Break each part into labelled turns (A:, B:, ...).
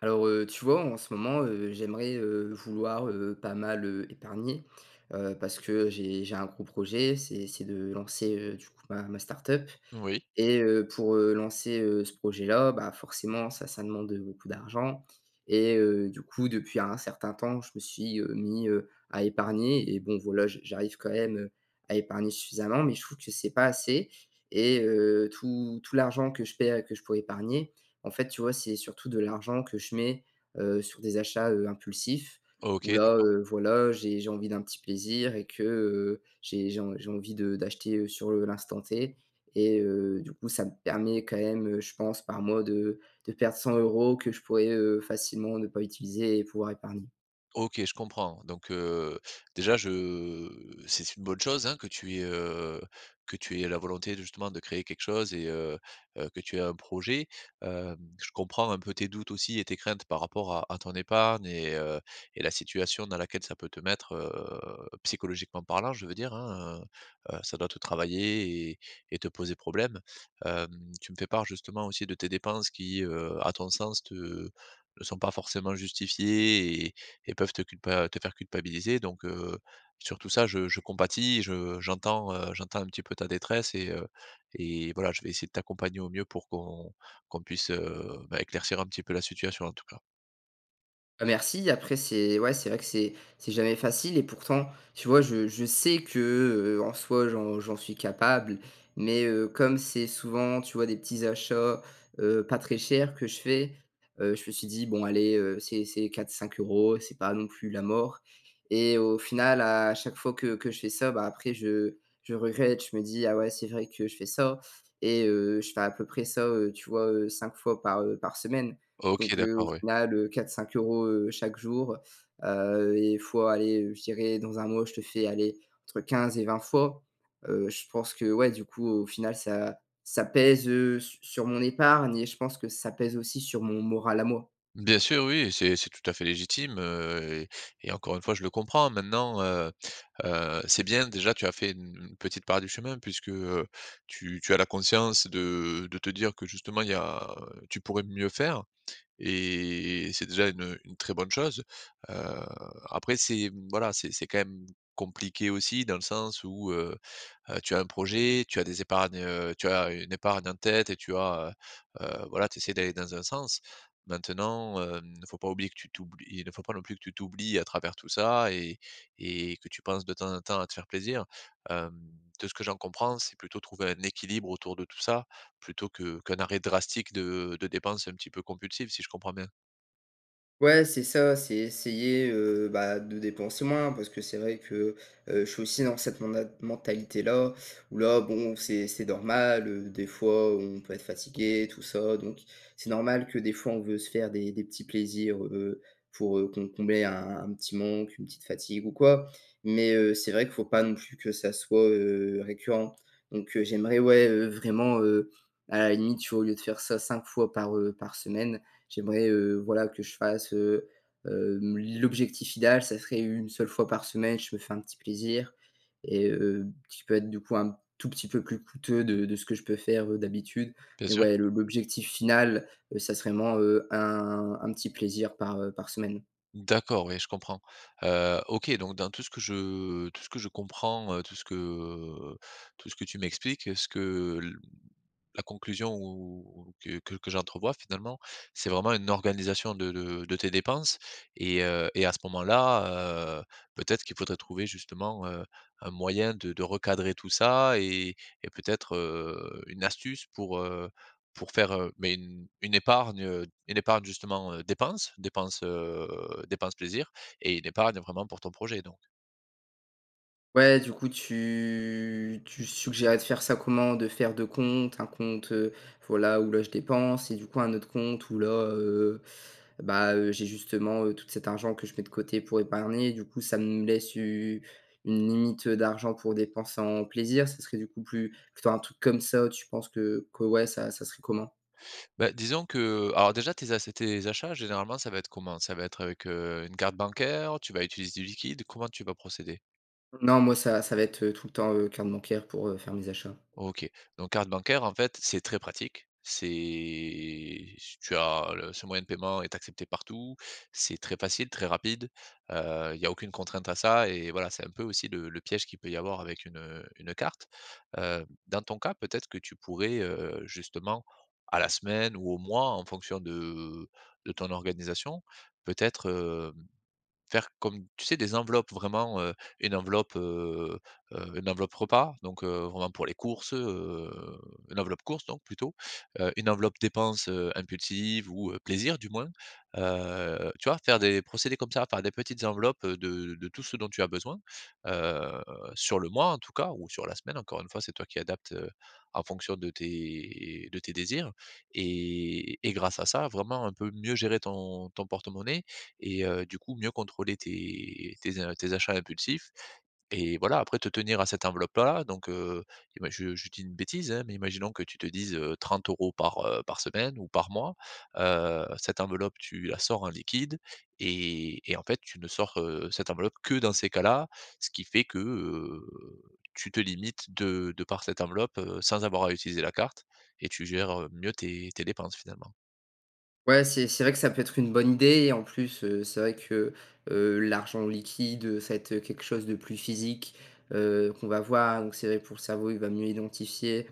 A: Alors, tu vois, en ce moment, j'aimerais, vouloir, pas mal, épargner, parce que j'ai un gros projet, c'est de lancer, du coup ma start-up
B: Oui,
A: et pour, lancer, ce projet-là, bah, forcément ça, ça demande beaucoup d'argent et du coup depuis un certain temps, je me suis, mis, à épargner et bon voilà, j'arrive quand même, à épargner suffisamment, mais je trouve que c'est pas assez et tout l'argent que je paie que je pourrais épargner, en fait, tu vois, c'est surtout de l'argent que je mets, sur des achats, impulsifs
B: OK,
A: où là,
B: d'accord.
A: voilà, j'ai envie d'un petit plaisir et que, j'ai envie de d'acheter, sur, l'instant T et du coup, ça me permet quand même, je pense, par mois, de perdre 100 € que je pourrais, facilement ne pas utiliser et pouvoir épargner.
B: OK, je comprends. Donc, déjà je c'est une bonne chose, hein, que tu aies la volonté de justement de créer quelque chose et que tu aies un projet. Hem, je comprends un peu tes doutes aussi et tes craintes par rapport à ton épargne et la situation dans laquelle ça peut te mettre, psychologiquement parlant, je veux dire, hein, ça doit te travailler et te poser problème. Hem, tu me fais part justement aussi de tes dépenses qui, à ton sens te ne sont pas forcément justifiées et peuvent te culpa te faire culpabiliser donc sur tout ça, je compatis, je j'entends, j'entends un petit peu ta détresse et voilà, je vais essayer de t'accompagner au mieux pour qu'on puisse, bah, éclaircir un petit peu la situation en tout cas.
A: Bah, merci. Après c'est, ouais, c'est vrai que c'est jamais facile et pourtant, tu vois, je sais que, en soi, j'en suis capable. Mais, comme c'est souvent, tu vois, des petits achats, pas très chers, que je fais, je me suis dit: «Bon allez, c'est quatre cinq euros. C'est pas non plus la mort» et au final, à chaque fois que je fais ça, bah, après je regrette. Je me dis: «Ah ouais, c'est vrai que je fais ça» et je fais à peu près ça, tu vois, 5 fois par, par semaine.
B: OK,
A: Donc au
B: d'accord, oui.
A: final, 4-5 euros, chaque jour, et il faut aller, je dirais, dans un mois, je te fais aller entre 15 et 20 fois. Je pense que, ouais, du coup, au final, ça ça pèse, su sur mon épargne et je pense que ça pèse aussi sur mon moral à moi.
B: Bien sûr, oui, c'est tout à fait légitime, et encore une fois, je le comprends. Maintenant, c'est bien déjà, tu as fait une petite part du chemin puisque, tu as la conscience de te dire que justement il y a tu pourrais mieux faire. Et c'est déjà une très bonne chose. Heu, Après c'est, mmh, voilà, c'est quand même compliqué aussi dans le sens où, tu as un projet, tu as des épargnes, tu as une épargne en tête et tu as, voilà, tu essaies d'aller dans un sens. Maintenant, hem, il ne faut pas oublier que tu t'oublies, il ne faut pas non plus que tu t'oublies à travers tout ça et que tu penses de temps en temps à te faire plaisir. Hem, de ce que j'en comprends, c'est plutôt trouver un équilibre autour de tout ça, plutôt que qu'un arrêt drastique de dépenses un petit peu compulsives, si je comprends bien?
A: Ouais, c'est ça, c'est essayer, bah, de dépenser moins, parce que c'est vrai que, je suis aussi dans cette mona mentalité-là, où là, bon, c'est normal, des fois, on peut être fatigué, tout ça, donc c'est normal que, des fois, on veut se faire des petits plaisirs, pour, combler un petit manque, une petite fatigue ou quoi, mais c'est vrai qu'il faut pas non plus que ça soit, récurrent, donc j'aimerais, ouais, vraiment, à la limite, tu vois, au lieu de faire ça 5 fois par, par semaine. J'aimerais, voilà, que je fasse, l'objectif idéal, ça serait une seule fois par semaine, je me fais un petit plaisir et qui peut être, du coup, un tout petit peu plus coûteux de ce que je peux faire, d'habitude.
B: Bien
A: Mais
B: sûr.
A: ouais, le l'objectif final, ça serait vraiment, un petit plaisir par, par semaine.
B: D'accord, oui, je comprends. OK, donc dans tout ce que je tout ce que je comprends, tout ce que tu m'expliques, ce que la conclusion ou que j'entrevois finalement, c'est vraiment une organisation de tes dépenses et à ce moment-là, peut-être qu'il faudrait trouver justement, un moyen de recadrer tout ça et peut-être, une astuce pour faire, mais une épargne, une épargne justement, dépenses, dépenses, dépenses plaisir et une épargne vraiment pour ton projet donc.
A: Ouais, du coup, tu suggérais de faire ça comment? De faire 2 comptes, un compte, voilà, où là je dépense, et du coup un autre compte où là, bah, j'ai justement, tout cet argent que je mets de côté pour épargner, et du coup, ça me laisse u une limite d'argent pour dépenser en plaisir. Ça serait, du coup, plus plutôt un truc comme ça, tu penses que ouais, ça serait comment?
B: Bah, disons que alors déjà tes ac tes achats généralement ça va être comment? Ça va être avec, une carte bancaire? Tu vas utiliser du liquide? Comment tu vas procéder?
A: Non, moi ça va être, tout le temps, carte bancaire pour, faire mes achats.
B: OK. Donc carte bancaire, en fait, c'est très pratique. C'est si tu as le ce moyen de paiement est accepté partout, c'est très facile, très rapide, il y a aucune contrainte à ça et voilà, c'est un peu aussi le piège qu'il peut y avoir avec une carte. Dans ton cas, peut-être que tu pourrais, justement, à la semaine ou au mois, en fonction de ton organisation, peut-être, euh, faire comme tu sais, des enveloppes vraiment, une enveloppe repas, donc vraiment pour les courses, une enveloppe courses donc plutôt, une enveloppe dépenses, impulsives ou plaisir du moins. Tu vois? Faire des procéder comme ça, faire des petites enveloppes, de tout ce dont tu as besoin, heu, sur le mois en tout cas ou sur la semaine, encore une fois, c'est toi qui adaptes, en fonction de tes désirs et grâce à ça, vraiment un peu mieux gérer ton ton porte-monnaie et du coup mieux contrôler tes tes in tes achats impulsifs et voilà après te tenir à cette enveloppe-là donc ima je dis une bêtise, hein, mais imaginons que tu te dises, 30 euros par, par semaine ou par mois, cette enveloppe tu la sors en liquide et en fait tu ne sors, cette enveloppe que dans ces cas-là, ce qui fait que, tu te limites de par cette enveloppe, sans avoir à utiliser la carte et tu gères, mieux tes tes dépenses finalement.
A: Ouais, c'est vrai que ça peut être une bonne idée, et en plus, c'est vrai que, l'argent liquide, ça va être quelque chose de plus physique, qu'on va voir, donc c'est vrai, pour le cerveau, il va mieux identifier,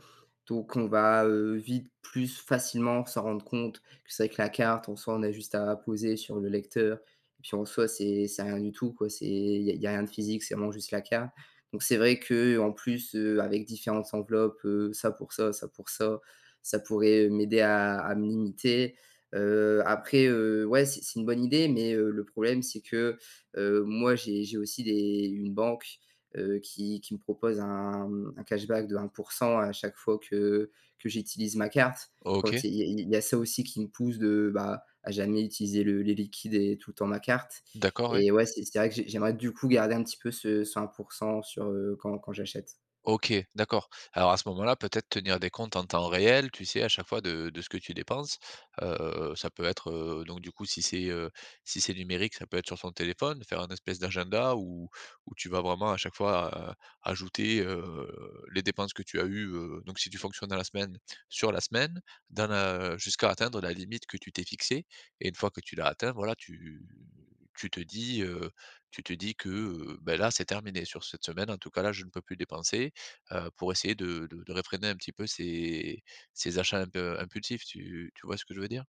A: donc on va, vite, plus facilement, s'en rendre compte, que c'est vrai que la carte, en soi, on a juste à poser sur le lecteur, et puis, en soi, c'est rien du tout, quoi, c'est, il y a rien de physique, c'est vraiment juste la carte, donc c'est vrai que, en plus, avec différentes enveloppes, ça pour ça, ça pour ça, ça pourrait, m'aider à me limiter. Après, ouais, c'est une bonne idée, mais, le problème, c'est que, moi, j'ai aussi des une banque, qui me propose un, mmh, un cashback de 1 à chaque fois que j'utilise ma carte. Donc
B: OK,
A: il y a ça aussi qui me pousse de, bah, à jamais utiliser le les liquides, et tout le temps ma carte,
B: d'accord, oui.
A: et ouais, c'est vrai que j'aimerais, du coup, garder un petit peu ce 1 sur, quand j'achète.
B: OK, d'accord. Alors à ce moment-là, peut-être tenir des comptes en temps réel, tu sais, à chaque fois de ce que tu dépenses. Ça peut être, donc du coup, si c'est, si c'est numérique, ça peut être sur ton téléphone, faire un espèce d'agenda où où tu vas vraiment à chaque fois, ajouter, les dépenses que tu as eues, donc si tu fonctionnes dans la semaine, sur la semaine, dans la jusqu'à atteindre la limite que tu t'es fixée et une fois que tu l'as atteint, voilà, tu tu te dis, heu, tu te dis que, beh, là, c'est terminé sur cette semaine, en tout cas, là, je ne peux plus dépenser pour essayer de réfréner un petit peu ces ces achats un peu impulsifs, tu vois ce que je veux dire?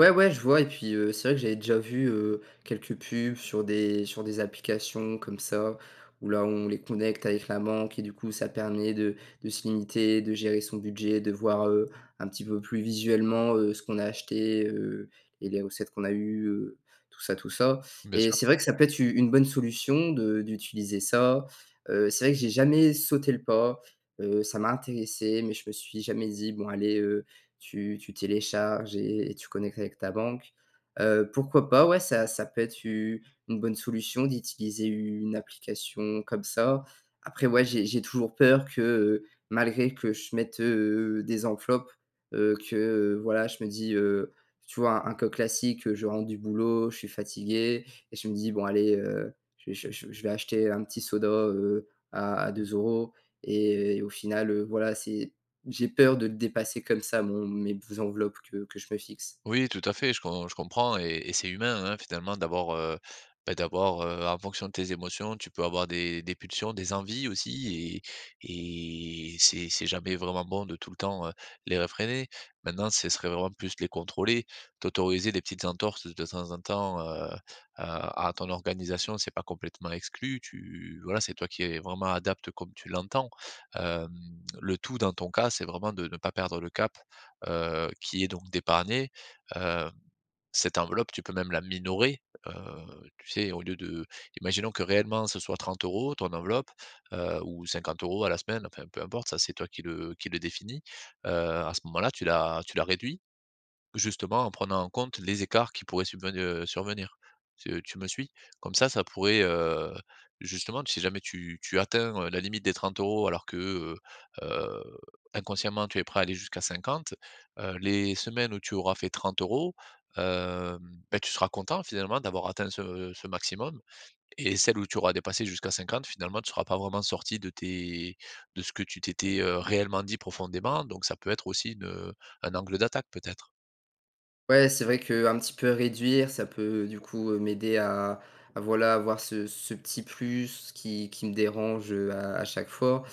A: Ouais, ouais, je vois, et puis, c'est vrai que j'avais déjà vu, quelques pubs sur des applications comme ça, où là, on les connecte avec la banque, et du coup, ça permet de se limiter, de gérer son budget, de voir, un petit peu plus visuellement, ce qu'on a acheté, et les recettes qu'on a eues, tout ça, tout ça,
B: Bien
A: et
B: sûr.
A: c'est vrai que ça peut être u une bonne solution de d'utiliser ça. C'est vrai que j'ai jamais sauté le pas, ça m'a intéressé, mais je me suis jamais dit: «Bon allez, tu télécharges, et tu connectes avec ta banque.» Pourquoi pas, ouais, ça peut être u une bonne solution d'utiliser une application comme ça. Après, ouais, j'ai toujours peur que, malgré que je mette, des enveloppes, que, voilà, je me dis, tu vois, un cas classique, je rentre du boulot, je suis fatigué et je me dis: «Bon allez, je vais acheter un petit soda, à 2 € et au final, voilà, c'est, j'ai peur de dépasser comme ça mon mes enveloppes que je me fixe.»
B: Oui, tout à fait, je comprends et c'est humain, hein, finalement d'avoir, bah, d'avoir, en fonction de tes émotions, tu peux avoir des pulsions, des envies aussi et c'est jamais vraiment bon de tout le temps, les réfréner. Maintenant, ce serait vraiment plus les contrôler, t'autoriser des petites entorses de temps en temps, à ton organisation, c'est pas complètement exclu. Tu voilà, c'est toi qui es vraiment adapte comme tu l'entends. Hem, le tout dans ton cas, c'est vraiment de ne pas perdre le cap, qui est donc d'épargner. Heu, Cette enveloppe, tu peux même la minorer, heu, tu sais, au lieu de imaginons que réellement ce soit 30 euros ton enveloppe, ou 50 euros à la semaine, enfin peu importe, ça c'est toi qui le définis. À ce moment-là, tu la réduis justement, en prenant en compte les écarts qui pourraient subven survenir. Tu me suis? Comme ça pourrait, justement, si jamais tu atteins, la limite des 30 euros alors que, heu, inconsciemment, tu es prêt à aller jusqu'à 50, les semaines où tu auras fait 30 euros, hem, bah, tu seras content finalement d'avoir atteint ce ce maximum et celles où tu auras dépassé jusqu'à 50 finalement, tu ne seras pas vraiment sorti de tes de ce que tu t'étais, réellement dit profondément, donc ça peut être aussi une, un angle d'attaque peut-être.
A: Ouais, c'est vrai qu'un petit peu réduire, ça peut, du coup, m'aider à voilà, avoir ce petit plus qui me dérange, à chaque fois,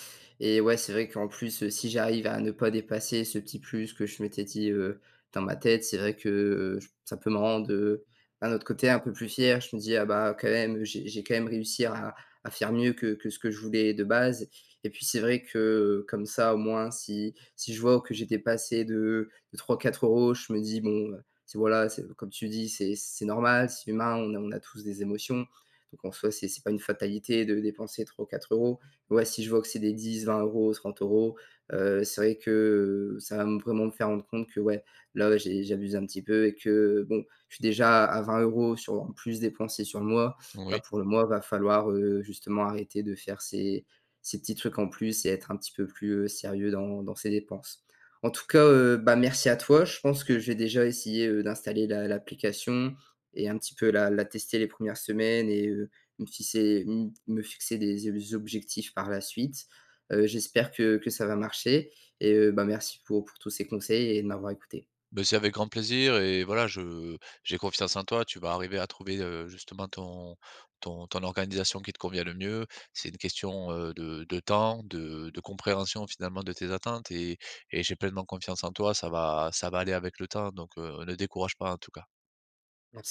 A: et ouais, c'est vrai qu'en plus, si j'arrive à ne pas dépasser ce petit plus que je m'étais dit, dans ma tête, c'est vrai que, j ça peut me rendre, d'un autre côté, un peu plus fier. Je me dis: «Ah bah, quand même, j'ai quand même réussi à faire mieux que ce que je voulais de base», et puis c'est vrai que, comme ça, au moins, si je vois que j'ai dépassé de trois quatre euros, je me dis: «Bon, c'est, voilà, c'est comme tu dis, c'est normal, c'est humain, on a tous des émotions. Donc, en soi, c'est pas une fatalité de dépenser 3 ou 4 euros. Ouais, si je vois que c'est des 10, 20 euros, 30 euros, c'est vrai que, ça va me, vraiment me faire rendre compte que, ouais, là, ouais, j'abuse un petit peu, et que bon, je suis déjà à 20 € sur, en plus, dépensés sur le mois. Bah,
B: Oui.
A: pour le mois, va falloir, justement, arrêter de faire ces petits trucs en plus et être un petit peu plus, sérieux dans ses dépenses. En tout cas, bah, merci à toi. Je pense que je vais déjà essayer, d'installer la l'application et un petit peu la tester les premières semaines, et me fixer des ob objectifs par la suite. J'espère que ça va marcher, et bah, merci pour tous ces conseils et de m'avoir écouté.
B: Bah, c'est avec grand plaisir et voilà, je j'ai confiance en toi. Tu vas arriver à trouver, justement ton ton ton organisation qui te convient le mieux. C'est une question, de temps, de compréhension finalement de tes attentes et j'ai pleinement confiance en toi. Ça va aller avec le temps donc, ne décourage pas en tout cas.
A: Merci.